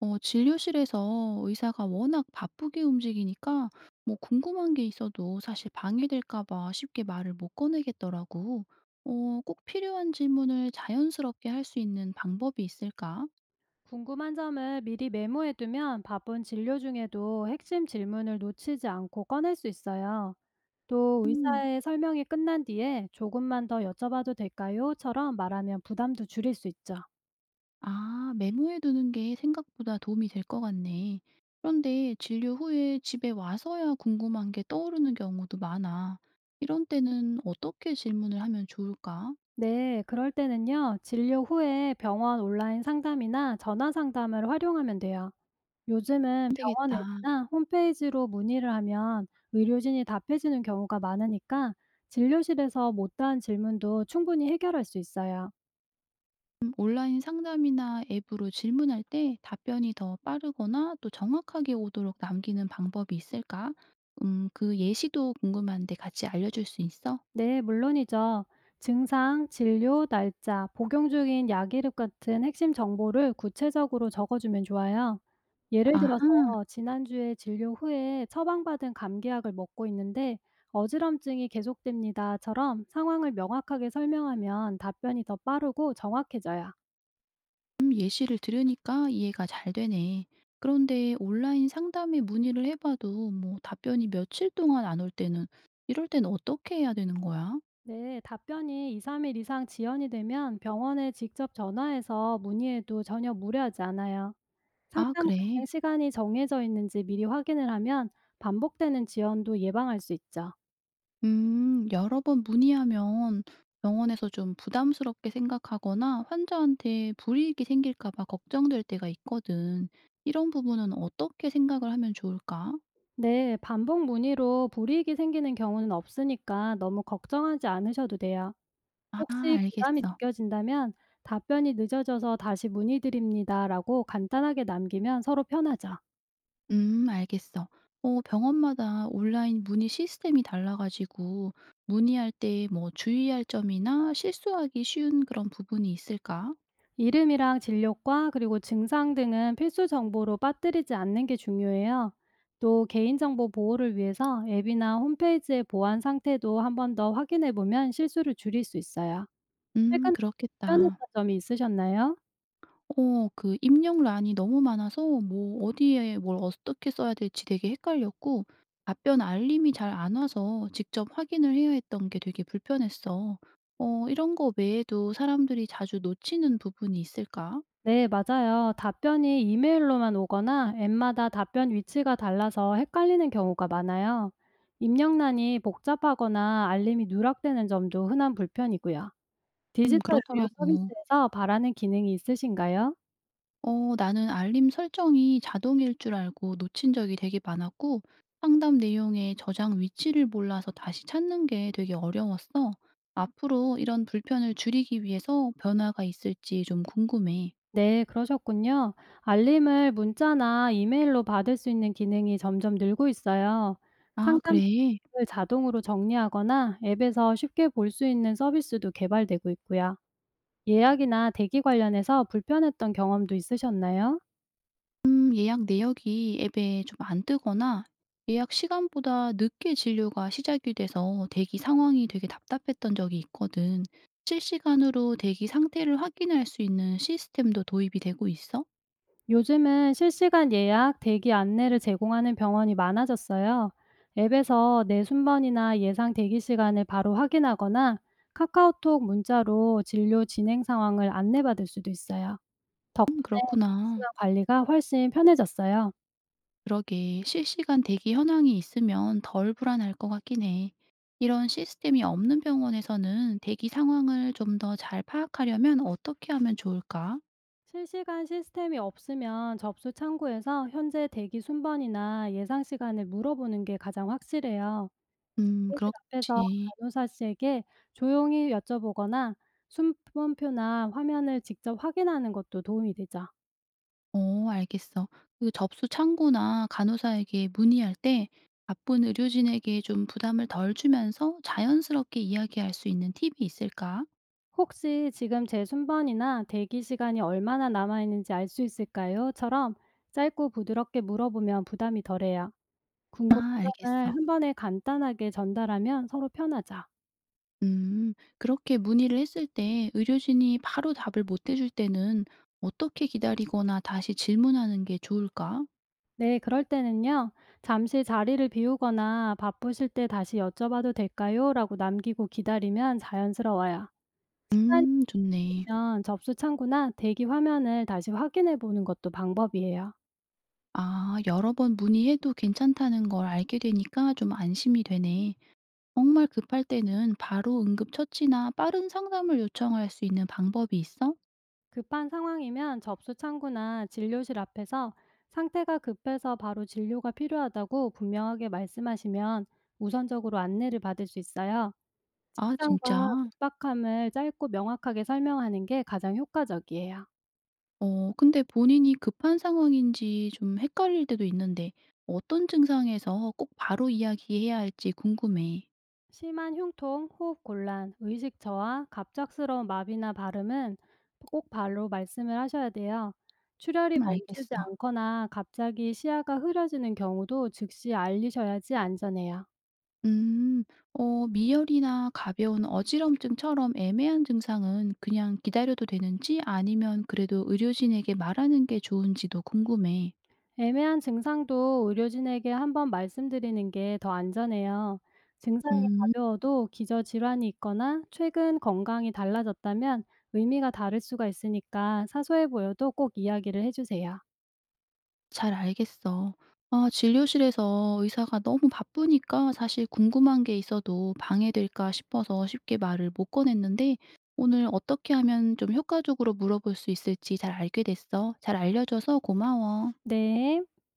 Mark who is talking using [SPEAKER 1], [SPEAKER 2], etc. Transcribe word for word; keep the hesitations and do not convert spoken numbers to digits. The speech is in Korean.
[SPEAKER 1] 어 진료실에서 의사가 워낙 바쁘게 움직이니까 뭐 궁금한 게 있어도 사실 방해될까 봐 쉽게 말을 못 꺼내겠더라고. 어, 꼭 필요한 질문을 자연스럽게 할 수 있는 방법이 있을까?
[SPEAKER 2] 궁금한 점을 미리 메모해두면 바쁜 진료 중에도 핵심 질문을 놓치지 않고 꺼낼 수 있어요. 또
[SPEAKER 1] 음,
[SPEAKER 2] 의사의 설명이 끝난 뒤에 조금만 더 여쭤봐도 될까요?처럼 말하면 부담도 줄일 수 있죠.
[SPEAKER 1] 아, 메모해 두는 게 생각보다 도움이 될 것 같네. 그런데 진료 후에 집에 와서야 궁금한 게 떠오르는 경우도 많아. 이런 때는 어떻게 질문을 하면 좋을까?
[SPEAKER 2] 네, 그럴 때는요, 진료 후에 병원 온라인 상담이나 전화 상담을 활용하면 돼요. 요즘은 병원
[SPEAKER 1] 되겠다.
[SPEAKER 2] 앱이나 홈페이지로 문의를 하면 의료진이 답해주는 경우가 많으니까 진료실에서 못다한 질문도 충분히 해결할 수 있어요.
[SPEAKER 1] 음, 온라인 상담이나 앱으로 질문할 때 답변이 더 빠르거나 또 정확하게 오도록 남기는 방법이 있을까? 음, 그 예시도 궁금한데 같이 알려줄 수 있어?
[SPEAKER 2] 네, 물론이죠. 증상, 진료, 날짜, 복용 중인 약 이름 같은 핵심 정보를 구체적으로 적어주면 좋아요. 예를 들어서
[SPEAKER 1] 아하,
[SPEAKER 2] 지난주에 진료 후에 처방받은 감기약을 먹고 있는데 어지럼증이 계속됩니다처럼 상황을 명확하게 설명하면 답변이 더 빠르고 정확해져요.
[SPEAKER 1] 음, 예시를 들으니까 이해가 잘 되네. 그런데 온라인 상담에 문의를 해봐도 뭐 답변이 며칠 동안 안 올 때는 이럴 땐 어떻게 해야 되는 거야?
[SPEAKER 2] 네, 답변이 이, 삼 일 이상 지연이 되면 병원에 직접 전화해서 문의해도 전혀 무리하지 않아요.
[SPEAKER 1] 아,
[SPEAKER 2] 상담
[SPEAKER 1] 그래.
[SPEAKER 2] 가능 시간이 정해져 있는지 미리 확인을 하면 반복되는 지연도 예방할 수 있죠.
[SPEAKER 1] 음, 여러 번 문의하면 병원에서 좀 부담스럽게 생각하거나 환자한테 불이익이 생길까 봐 걱정될 때가 있거든. 이런 부분은 어떻게 생각을 하면 좋을까?
[SPEAKER 2] 네, 반복 문의로 불이익이 생기는 경우는 없으니까 너무 걱정하지 않으셔도 돼요.
[SPEAKER 1] 아,
[SPEAKER 2] 혹시 부담이
[SPEAKER 1] 알겠어.
[SPEAKER 2] 느껴진다면 답변이 늦어져서 다시 문의드립니다라고 간단하게 남기면 서로 편하죠.
[SPEAKER 1] 음, 알겠어. 어, 병원마다 온라인 문의 시스템이 달라가지고 문의할 때 뭐 주의할 점이나 실수하기 쉬운 그런 부분이 있을까?
[SPEAKER 2] 이름이랑 진료과 그리고 증상 등은 필수 정보로 빠뜨리지 않는 게 중요해요. 또 개인정보 보호를 위해서 앱이나 홈페이지의 보안 상태도 한번 더 확인해 보면 실수를 줄일 수 있어요.
[SPEAKER 1] 음,
[SPEAKER 2] 최근
[SPEAKER 1] 그렇겠다.
[SPEAKER 2] 불편했던 점이 있으셨나요?
[SPEAKER 1] 어 그 입력란이 너무 많아서 뭐 어디에 뭘 어떻게 써야 될지 되게 헷갈렸고 답변 알림이 잘 안 와서 직접 확인을 해야 했던 게 되게 불편했어. 어 이런 거 외에도 사람들이 자주 놓치는 부분이 있을까?
[SPEAKER 2] 네, 맞아요. 답변이 이메일로만 오거나 앱마다 답변 위치가 달라서 헷갈리는 경우가 많아요. 입력란이 복잡하거나 알림이 누락되는 점도 흔한 불편이고요.
[SPEAKER 1] 음
[SPEAKER 2] 디지털 의료
[SPEAKER 1] 그렇더라고.
[SPEAKER 2] 서비스에서 바라는 기능이 있으신가요?
[SPEAKER 1] 어 나는 알림 설정이 자동일 줄 알고 놓친 적이 되게 많았고 상담 내용의 저장 위치를 몰라서 다시 찾는 게 되게 어려웠어. 앞으로 이런 불편을 줄이기 위해서 변화가 있을지 좀 궁금해.
[SPEAKER 2] 네, 그러셨군요. 알림을 문자나 이메일로 받을 수 있는 기능이 점점 늘고 있어요.
[SPEAKER 1] 아,
[SPEAKER 2] 상담
[SPEAKER 1] 그래.
[SPEAKER 2] 기록을 자동으로 정리하거나 앱에서 쉽게 볼 수 있는 서비스도 개발되고 있고요. 예약이나 대기 관련해서 불편했던 경험도 있으셨나요?
[SPEAKER 1] 음, 예약 내역이 앱에 좀 안 뜨거나 예약 시간보다 늦게 진료가 시작이 돼서 대기 상황이 되게 답답했던 적이 있거든. 실시간으로 대기 상태를 확인할 수 있는 시스템도 도입이 되고 있어?
[SPEAKER 2] 요즘은 실시간 예약, 대기 안내를 제공하는 병원이 많아졌어요. 앱에서 내 순번이나 예상 대기 시간을 바로 확인하거나 카카오톡 문자로 진료 진행 상황을 안내받을 수도 있어요. 덕분에
[SPEAKER 1] 음
[SPEAKER 2] 대기
[SPEAKER 1] 그렇구나.
[SPEAKER 2] 시간 관리가 훨씬 편해졌어요.
[SPEAKER 1] 그러게 실시간 대기 현황이 있으면 덜 불안할 것 같긴 해. 이런 시스템이 없는 병원에서는 대기 상황을 좀 더 잘 파악하려면 어떻게 하면 좋을까?
[SPEAKER 2] 실시간 시스템이 없으면 접수 창구에서 현재 대기 순번이나 예상 시간을 물어보는 게 가장 확실해요.
[SPEAKER 1] 음,
[SPEAKER 2] 진료실 앞에서
[SPEAKER 1] 그렇지.
[SPEAKER 2] 간호사 씨에게 조용히 여쭤보거나 순번표나 화면을 직접 확인하는 것도 도움이 되죠.
[SPEAKER 1] 어, 알겠어. 그 접수 창구나 간호사에게 문의할 때 바쁜 의료진에게 좀 부담을 덜 주면서 자연스럽게 이야기할 수 있는 팁이 있을까?
[SPEAKER 2] "혹시 지금 제 순번이나 대기 시간이 얼마나 남아 있는지 알 수 있을까요?"처럼 짧고 부드럽게 물어보면 부담이 덜해요. 궁금한
[SPEAKER 1] 아,
[SPEAKER 2] 점을
[SPEAKER 1] 알겠어.
[SPEAKER 2] 한 번에 간단하게 전달하면 서로 편하죠.
[SPEAKER 1] 음. 그렇게 문의를 했을 때 의료진이 바로 답을 못 해줄 때는 어떻게 기다리거나 다시 질문하는 게 좋을까?
[SPEAKER 2] 네, 그럴 때는요. "잠시 자리를 비우거나 바쁘실 때 다시 여쭤봐도 될까요? 라고 남기고 기다리면 자연스러워요. 시간이
[SPEAKER 1] 음, 좋네.
[SPEAKER 2] 되면 접수 창구나 대기 화면을 다시 확인해 보는 것도 방법이에요.
[SPEAKER 1] 아, 여러 번 문의해도 괜찮다는 걸 알게 되니까 좀 안심이 되네. 정말 급할 때는 바로 응급처치나 빠른 상담을 요청할 수 있는 방법이 있어?
[SPEAKER 2] 급한 상황이면 접수 창구나 진료실 앞에서 상태가 급해서 바로 진료가 필요하다고 분명하게 말씀하시면 우선적으로 안내를 받을 수 있어요.
[SPEAKER 1] 아,
[SPEAKER 2] 증상과
[SPEAKER 1] 진짜?
[SPEAKER 2] 급박함을 짧고 명확하게 설명하는 게 가장 효과적이에요.
[SPEAKER 1] 어, 근데 본인이 급한 상황인지 좀 헷갈릴 때도 있는데 어떤 증상에서 꼭 바로 이야기해야 할지 궁금해.
[SPEAKER 2] 심한 흉통, 호흡 곤란, 의식 저하, 갑작스러운 마비나 발음은 꼭 바로 말씀을 하셔야 돼요. 출혈이
[SPEAKER 1] 음
[SPEAKER 2] 멈추지
[SPEAKER 1] 알겠어.
[SPEAKER 2] 않거나 갑자기 시야가 흐려지는 경우도 즉시 알리셔야지 안전해요.
[SPEAKER 1] 음. 어 미열이나 가벼운 어지럼증처럼 애매한 증상은 그냥 기다려도 되는지 아니면 그래도 의료진에게 말하는 게 좋은지도 궁금해.
[SPEAKER 2] 애매한 증상도 의료진에게 한번 말씀드리는 게 더 안전해요. 증상이
[SPEAKER 1] 음.
[SPEAKER 2] 가벼워도 기저질환이 있거나 최근 건강이 달라졌다면 의미가 다를 수가 있으니까 사소해 보여도 꼭 이야기를 해주세요.
[SPEAKER 1] 잘 알겠어. 아 진료실에서 의사가 너무 바쁘니까 사실 궁금한 게 있어도 방해될까 싶어서 쉽게 말을 못 꺼냈는데 오늘 어떻게 하면 좀 효과적으로 물어볼 수 있을지 잘 알게 됐어. 잘 알려줘서 고마워.
[SPEAKER 2] 네.